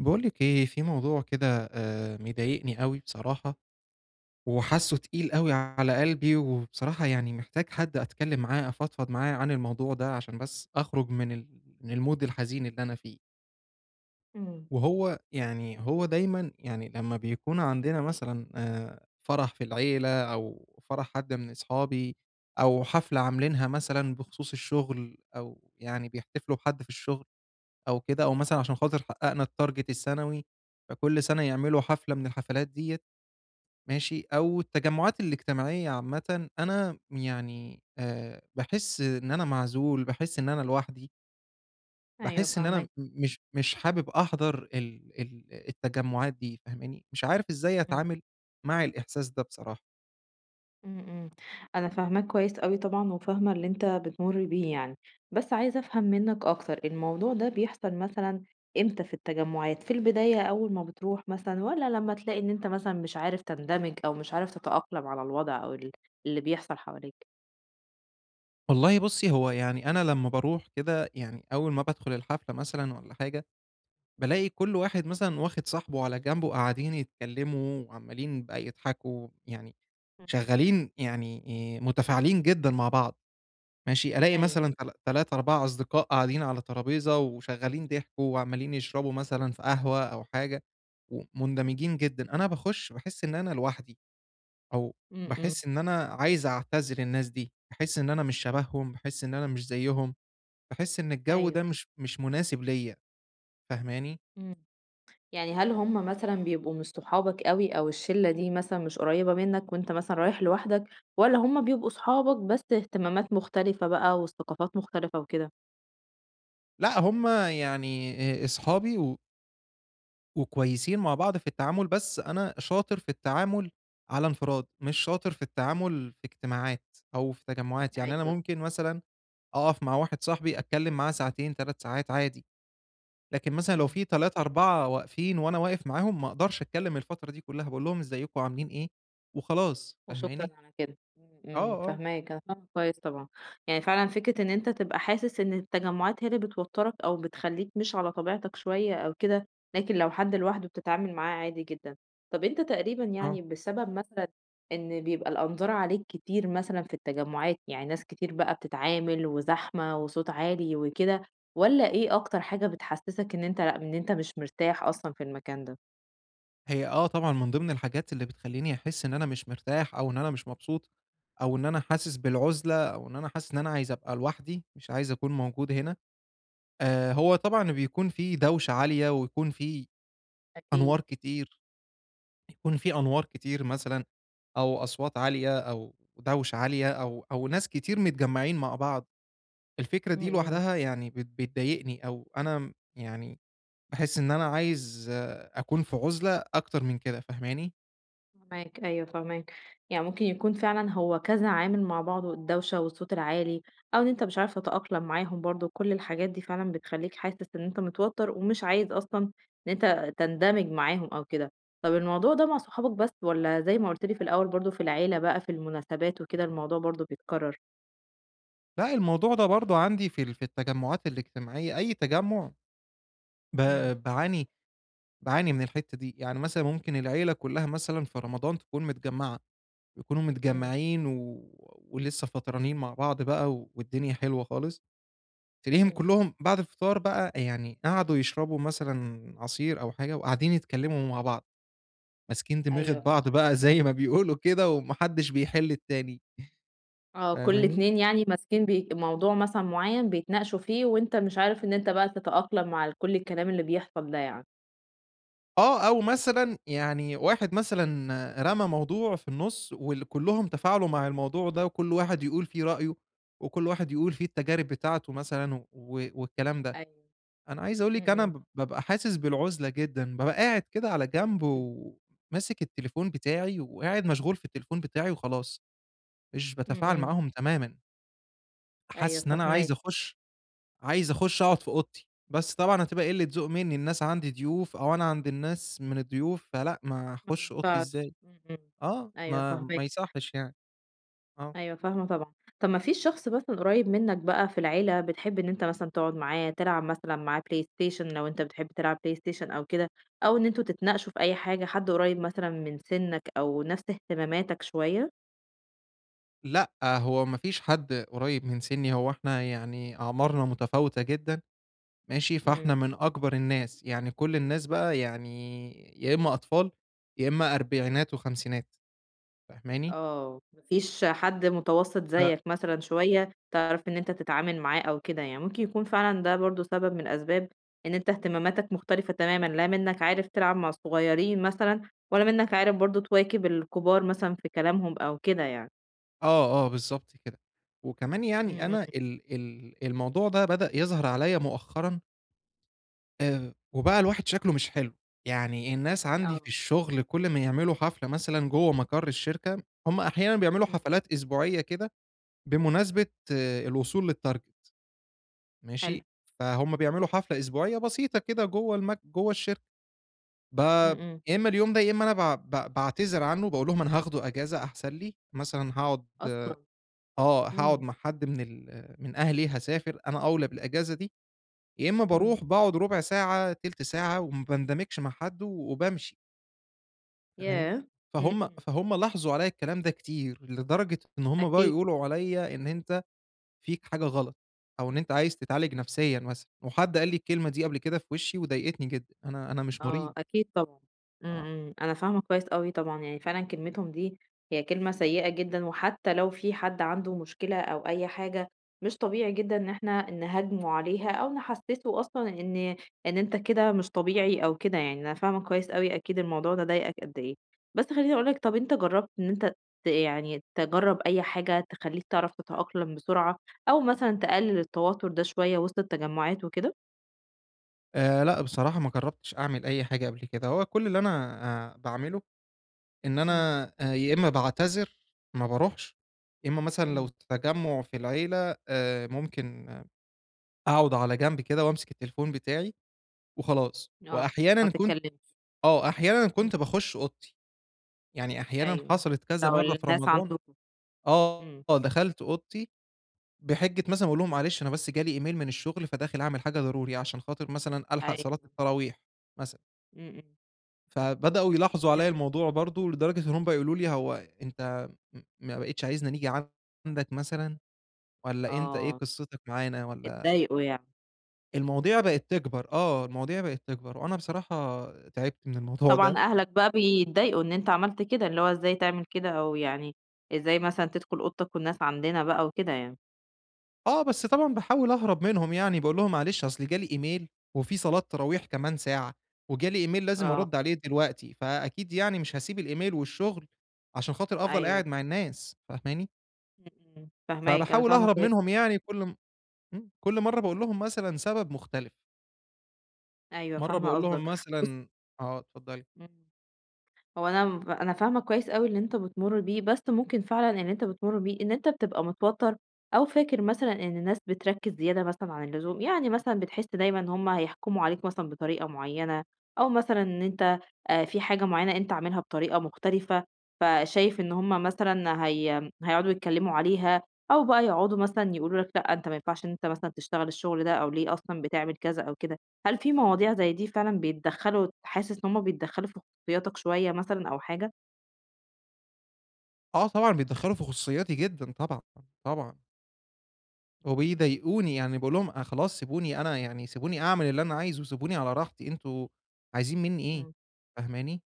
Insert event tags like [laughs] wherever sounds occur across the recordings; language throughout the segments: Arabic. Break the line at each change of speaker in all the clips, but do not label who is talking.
باقول لِك إيه، في موضوع كده مضايقني أوي بصراحة، وحاسّه تقيل أوي على قلبي، وبصراحة يعني محتاج حد أتكلّم معاه، أفضفض معاه عن الموضوع ده عشان بس أخرج من ال من الmood الحزين اللي أنا فيه.
إمم،
وهو يعني هو دايمًا يعني لمّا بيكون عندنا مثلًا فرح في العيلة أو فرح حد من أصحابي أو حفلة عاملينها مثلًا بخصوص الشغل أو يعني بيحتفلوا بحد في الشغل أو كده، أو مثلًا عشان خاطر حققنا الtarget السنوي، فكل سنة يعملوا حفلة من الحفلات ديّة ماشي، أو التجمعات الاجتماعية عامةً، أنا يعني باحس إن أنا معزول، باحس إن أنا لوحدي،
أيوه
باحس إن أنا
فاهماك.
م مش مش حابب أحضر ال ال التجمعات دي فاهماني، مش عارف إزاي
إمم،
أتعامل مع الإحساس ده بصراحة.
إمم، إمم، أنا فاهماك كويس أوي طبعًا، وفاهمة اللي أنت بتمُر بيه يعني، بس عايزة أفهم منّك أكتر، الموضوع ده بيحصل مثلًا إمتى في التجمُّعات، في البداية أول ما بتروح مثلًا والّا لمّا تلاقي إن أنت مثلًا مش عارف تندمج أو مش عارف تتأقلم على الوضع أو اللي بيحصل حواليك؟
والله بُصّي، هو يعني أنا لمّا باروح كده يعني أول ما بادخل الحفلة مثلًا والّا حاجة بالاقي كل واحد مثلًا واخد صاحبه على جنب وقاعدين يتكلّموا وعمّالين بقى يضحكوا، يعني
إمم،
شغّالين يعني متفاعلين جدًا مع بعض، ماشي، ألاقي
أيوه،
مثلًا تل 3، 4 أصدقاء قاعدين على ترابيزة وشغّالين ضحكوا وعمّالين يشربوا مثلًا في قهوة أو حاجة ومندمجين جدًا، أنا باخُش باحس إن أنا لوحدي أو
إمم، إمم،
باحس إن أنا عايز أعتزل الناس دي، باحس إن أنا مش شبههم، باحس إن أنا مش زيّهم، باحس إن الجو
أيوه،
ده مش مناسب ليّا، فاهماني؟
إمم. يعني هل هم مثلًا بيبقوا مش صحابك أوي أو الشلة دي مثلًا مش قريبة منك وأنت مثلًا رايح لوحدك، والّا هم بيبقوا صحابك بس اهتمامات مختلفة بقى والثقافات مختلفة وكده؟
لأ، هم يعني أصحابي وكويسين مع بعض في التعامل، بس أنا شاطر في التعامل على انفراد، مش شاطر في التعامل في اجتماعات أو في تجمُّعات، يعني أنا
أيوه.
ممكن مثلًا أقف مع واحد صاحبي أتكلّم معاه ساعتين، 3 ساعات عادي، لكن مثلًا لو
إمم.
في 3، 4 واقفين وأنا واقف معاهم ما أقدرش أتكلّم الفترة دي كلّها، باقول لهم إزيكم عاملين إيه وخلاص،
وشكرًا
فاهماني؟
على كده. إمم،
آه،
إمم،
آه،
فاهماك، أنا فاهمة كويس طبعًا. يعني فعلًا فكرة إن أنت تبقى حاسس إن التجمعات هي اللي بتوتّرك أو بتخلّيك مش على طبيعتك شوية أو كده، لكن لو حد لوحده بتتعامل معاه عادي جدًا. طب أنت تقريبًا
آه.
يعني بسبب مثلًا إن بيبقى الأنظار عليك كتير مثلًا في التجمعات، يعني ناس كتير بقى بتتعامل وزحمة وصوت عالي وكده، والّا إيه أكتر حاجة بتحسّسك إن أنت لأ، إن أنت مش مرتاح أصلًا في المكان ده؟
هي آه طبعًا من ضمن الحاجات اللي بتخلّيني أحس إن أنا مش مرتاح أو إن أنا مش مبسوط أو إن أنا حاسس بالعُزلة أو إن أنا حاسس إن أنا عايز أبقى لوحدي، مش عايز أكون موجود هنا. هو طبعًا بيكون في دوشة عالية ويكون في
أكيد.
أنوار كتير، يكون في أنوار كتير مثلًا أو أصوات عالية أو دوشة عالية أو ناس كتير متجمّعين مع بعض. الفكرة
إمم،
دي
إمم.
لوحدها يعني بتضايقني أو أنا يعني باحس إن أنا عايز آه، أكون في عُزلة أكتر من كده، فاهماني؟
فاهماك، أيوه فاهماك، يعني ممكن يكون فعلًا هو كذا عامل مع بعضه، الدوشة والصوت العالي، أو إن أنت مش عارف تتأقلم معاهم برضه، كل الحاجات دي فعلًا بتخلّيك حاسس إن أنت متوتر، ومش عايز أصلًا إن أنت تندمج معاهم أو كده. طب الموضوع ده مع صحابك بس، والّا زي ما قُلت لي في الأول برضه في العيلة بقى في المناسبات وكده الموضوع برضه بيتكرر؟
لأ، الموضوع ده برضه عندي في ال في التجمعات الاجتماعية، أي تجمُّع ب
إمم،
باعاني باعاني من الحتّة دي، يعني مثلًا ممكن العيلة كلّها مثلًا في رمضان تكون متجمّعة، يكونوا
إمم،
متجمّعين ولسه فطرانين مع بعض بقى والدنيا حلوة خالص، تلاقيهم
إمم،
كلّهم بعد الفطار بقى يعني قعدوا يشربوا مثلًا عصير أو حاجة وقاعدين يتكلّموا مع بعض، ماسكين دماغة
أيوه
بعض
فاهماك،
بقى زي ما بيقولوا كده وما حدّش بيحِل التاني،
آه كل
فاهماني؟
اتنين يعني ماسكين بي موضوع مثلًا معين بيتناقشوا فيه، وأنت مش عارف إن أنت بقى تتأقلم مع كل الكلام اللي بيحصل ده يعني.
آه، أو مثلًا يعني واحد مثلًا رمى موضوع في النُص وال كلّهم تفاعلوا مع الموضوع ده وكل واحد يقول فيه رأيه، وكل واحد يقول فيه التجارب بتاعته مثلًا والكلام ده.
أيوه،
أنا عايز أقول لِك أنا
إمم،
بابقى حاسس بالعُزلة جدًا، بابقى قاعد كده على جنب
إمم،
وماسك التليفون بتاعي وقاعد مشغول في التليفون بتاعي وخلاص، مش
إمم،
باتفاعل
إمم،
معاهم تمامًا.
أيوه
حاسس إن أنا عايز
فاهماك،
أخُش عايز أخُش أقعد في أوضتي، بس طبعًا هتبقى قِلّة ذوق منّي، الناس عندي ضيوف أو أنا عند الناس من الضيوف، فلأ ما
ما
هاخُش أوضتي
ينفعش،
إزاي؟
إمم، إمم،
آه،
أيوه
ما
فاهماك،
يصحّش يعني، آه.
أيوه فاهمة طبعًا. طَب ما فيش شخص مثلًا قريب منك بقى في العيلة بتحب إن أنت مثلًا تقعد معاه، تلعب مثلًا معاه PlayStation لو أنت بتحب تلعب PlayStation أو كده، أو إن أنتم تتناقشوا في أي حاجة، حد قريب مثلًا من سِنّك أو نَفْس اهتماماتك شوية؟
لأ، هو ما فيش حد قريّب من سِنّي، هو إحنا يعني أعمارنا متفاوتة جدًا ماشي، فإحنا
إمم.
من أكبر الناس، يعني كل الناس بقى يعني يا إمّا أطفال، يا إمّا أربعينات وخمسينات فاهماني؟
آه، ما فيش حد متوسط
ف
زيك مثلًا شوية، تعرف إن أنت تتعامل معاه أو كده يعني، ممكن يكون فعلًا ده برضه سبب من أسباب إن أنت اهتماماتك مختلفة تمامًا، لا منّك عارف تلعب مع الصغيّرين مثلًا، ولا منّك عارف برضه تواكب الكبار مثلًا في كلامهم أو كده يعني.
آه، آه، بالضبط كده. وكمان
إمم،
يعني أنا
إمم،
ال ال الموضوع ده بدأ يظهر عليّا مؤخرًا وبقى الواحد شكله مش حلو، يعني الناس عندي
آه،
في الشغل كل ما يعملوا حفلة مثلًا جوّه مقر الشركة، هم أحيانًا بيعملوا
إمم،
حفلات أسبوعية كده بمناسبة آه، الوصول للtarget
حلو،
ماشي، فهُم بيعملوا حفلة أسبوعية بسيطة كده جوّه الشركة، ب
إمم، إمم،
يا إمّا اليوم ده يا إمّا أنا ب ب باعتذر عنه باقول لهم أنا هاخده أجازة أحسن لي، مثلًا هاقعد
أصلًا!
آه، هاقعد
إمم،
مع حد من ال من أهلي هاسافر، أنا أولى بالأجازة دي. يا إما
إمم،
باروح باقعد ربع ساعة، تِلت ساعة وما باندمجش مع حد وبامشي، فاهماني؟
ياه!
فهُم
إمم،
فهُم لاحظوا عليَّ الكلام ده كتير، لدرجة إن هُم بقوا
أكيد.
يقولوا عليَّ إن أنت فيك حاجة غلط، أو إن أنت عايز تتعالج نفسيًا مثلًا، وحد قال لي الكلمة دي قبل كده في وشي وضايقتني جدًا، أنا مش
آه،
مريض.
أكيد طبعًا، إمم،
آه.
إمم، أنا فاهمة كويس أوي طبعًا، يعني فعلًا كلمتهم دي هي كلمة سيئة جدًا، وحتى لو في حد عنده مشكلة أو أي حاجة، مش طبيعي جدًا إن إحنا نهاجمه عليها أو نحسسه أصلًا إن إن أنت كده مش طبيعي أو كده يعني، أنا فاهمة كويس أوي أكيد الموضوع ده ضايقك قد إيه، بس خلّيني أقول لك طب أنت جرّبت إن أنت يعني تجرّب أي حاجة تخلّيك تعرف تتأقلم بسرعة، أو مثلًا تقلل التوتر ده شوية وسط التجمعات وكده؟
لأ، بصراحة ما جرّبتش أعمل أي حاجة قبل كده، هو كل اللي أنا باعمله إن
إمم،
أنا يا إمّا باعتذر ما باروحش، يا إمّا مثلًا
إمم،
لو تجمُّع في العيلة ممكن آه، أقعد على جنب كده وأمسك التليفون بتاعي وخلاص،
آه، ما
وأحيانًا كنت
تتكلمش.
آه، أحيانًا
إمم،
كنت باخُش أوضتي، يعني أحيانًا
أيوه،
حصلت كذا
لو
مرّة في
الناس
رمضان
عندكم،
آه،
إمم،
آه، دخلت أوضتي بحِجّة مثلًا باقول لهم معلش أنا بس جه لي إيميل من الشُغل فداخل أعمل حاجة ضروري عشان خاطر مثلًا ألحق صلاة
أيوه،
التراويح مثلًا.
إمم، إمم،
فبدأوا يلاحظوا عليَّ
فهمت،
الموضوع برضه، لدرجة إن هم يقولوا لي: "هو أنت ما بقيتش عايزنا نيجي عندك مثلًا، والّا أنت إيه
آه،
قصتك معانا والّا".
اتضايقوا يعني،
المواضيع بقت تكبر، آه، المواضيع بقت تكبر، وأنا بصراحة تعبت من الموضوع
طبعًا
ده.
أهلك بقى بيتضايقوا إن أنت عملت كده، اللي هو إزاي تعمل كده أو يعني إزاي مثلًا تدخل أوضتك والناس عندنا بقى وكده يعني،
آه، بس طبعًا باحاول أهرب منهم يعني، باقول لهم: "معلش أصل جالي إيميل وفي صلاة تراويح كمان ساعة، وجالي إيميل لازم
آه،
أرد عليه دلوقتي، فأكيد يعني مش هاسيب الإيميل والشغل عشان خاطر أفضل
أيوه،
قاعد مع الناس." فاهماني؟
إمم، إمم، فاهماك، أنا
فباحاول
فاهمة
أهرب
كويس
منهم
أوي،
يعني كل م إمم، كل مرّة باقول لهم مثلًا سبب مختلف،
أيوه
مرّة
فاهمة
باقول
قصدك،
لهم
بُص
مثلًا آه، اتفضّلي.
إمم. هو أنا فاهمة كويس أوي اللي أنت بتمُر بيه، بس ممكن فعلًا اللي أنت بتمُر بيه إن أنت بتبقى متوتّر أو فاكر مثلًا إن الناس بتركّز زيادة مثلًا عن اللزوم، يعني مثلًا بتحس دايمًا إن هم هيحكموا عليك مثلًا بطريقة معيّنة أو مثلًا إن أنت في حاجة معيّنة أنت عاملها بطريقة مختلفة، فشايف إن هم مثلًا هيقعدوا يتكلّموا عليها أو بقى يقعدوا مثلًا يقولوا لك لأ، أنت ما ينفعش إن أنت مثلًا تشتغل الشغل ده أو ليه أصلًا بتعمل كذا أو كده. هل في مواضيع زي دي فعلًا حاسس إن هم بيتدخّلوا شخصيتك شوية مثلًا أو حاجة،
آه طبعًا بيتدخّلوا في خصوصياتي جدًا طبعًا، طبعًا، وبيضايقوني، يعني باقول لهم أ خلاص سيبوني أنا يعني سيبوني أعمل اللي أنا عايزه، سيبوني على راحتي، أنتم عايزين منّي إيه، فاهماني؟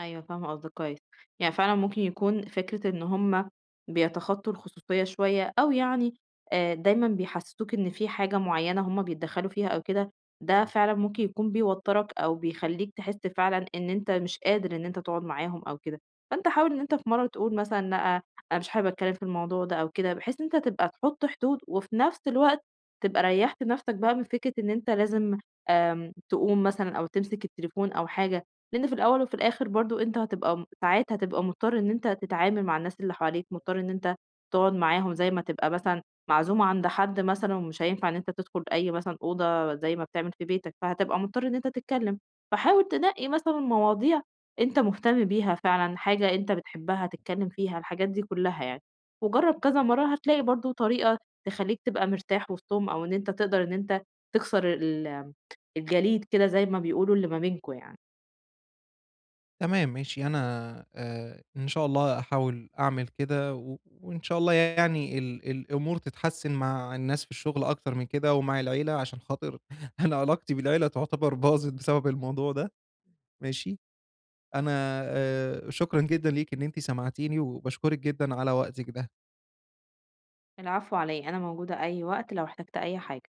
أيوه فاهمة قصدك كويس، يعني فعلًا ممكن يكون فكرة إن هُم بيتخطوا الخصوصية شوية، أو يعني دايمًا بيحسسوك إن في حاجة معيّنة هُم بيتدخلوا فيها أو كده، ده فعلًا ممكن يكون بيوترك أو بيخليك تحس فعلًا إن أنت مش قادر إن أنت تقعد معاهم أو كده، فأنت حاول إن أنت في مرّة تقول مثلًا لأ، أنا مش حابب أتكلم في الموضوع ده أو كده، بحيث إن أنت تبقى تحط حدود، وفي نفس الوقت تبقى ريّحت نفسك بقى من فكرة إن أنت لازم تقوم مثلًا أو تمسك التليفون أو حاجة، لأن في الأول وفي الآخر برضه أنت هتبقى ساعات هتبقى مضطر إن أنت تتعامل مع الناس اللي حواليك، مضطر إن أنت تقعد معاهم، زي ما تبقى مثلًا معزوم عند حد مثلًا ومش هينفع إن أنت تدخل أي مثلًا أوضة زي ما بتعمل في بيتك، فهتبقى مضطر إن أنت تتكلم. فحاول تنقي مثلًا مواضيع أنت مهتم بيها فعلًا، حاجة أنت بتحبها تتكلم فيها، الحاجات دي كلها يعني. وجرّب كذا مرّة هتلاقي برضه طريقة تخلّيك تبقى مرتاح وسطهم أو إن أنت تقدر إن أنت تكسر الجليد كده زي ما بيقولوا اللي ما بينكم يعني.
تمام ماشي، أنا إن شاء الله أحاول أعمل كده وإن شاء الله يعني الأمور تتحسّن مع الناس في الشغل أكتر من كده ومع العيلة عشان خاطر [laughs] أنا علاقتي بالعيلة تعتبر باظت بسبب الموضوع ده، ماشي. أنا شكرًا جدًا ليكِ إن أنتِ سمعتيني، وباشكرِك جدًا على وقتِك ده.
العفو علي أنا موجودة أي وقت لو احتجت أي حاجة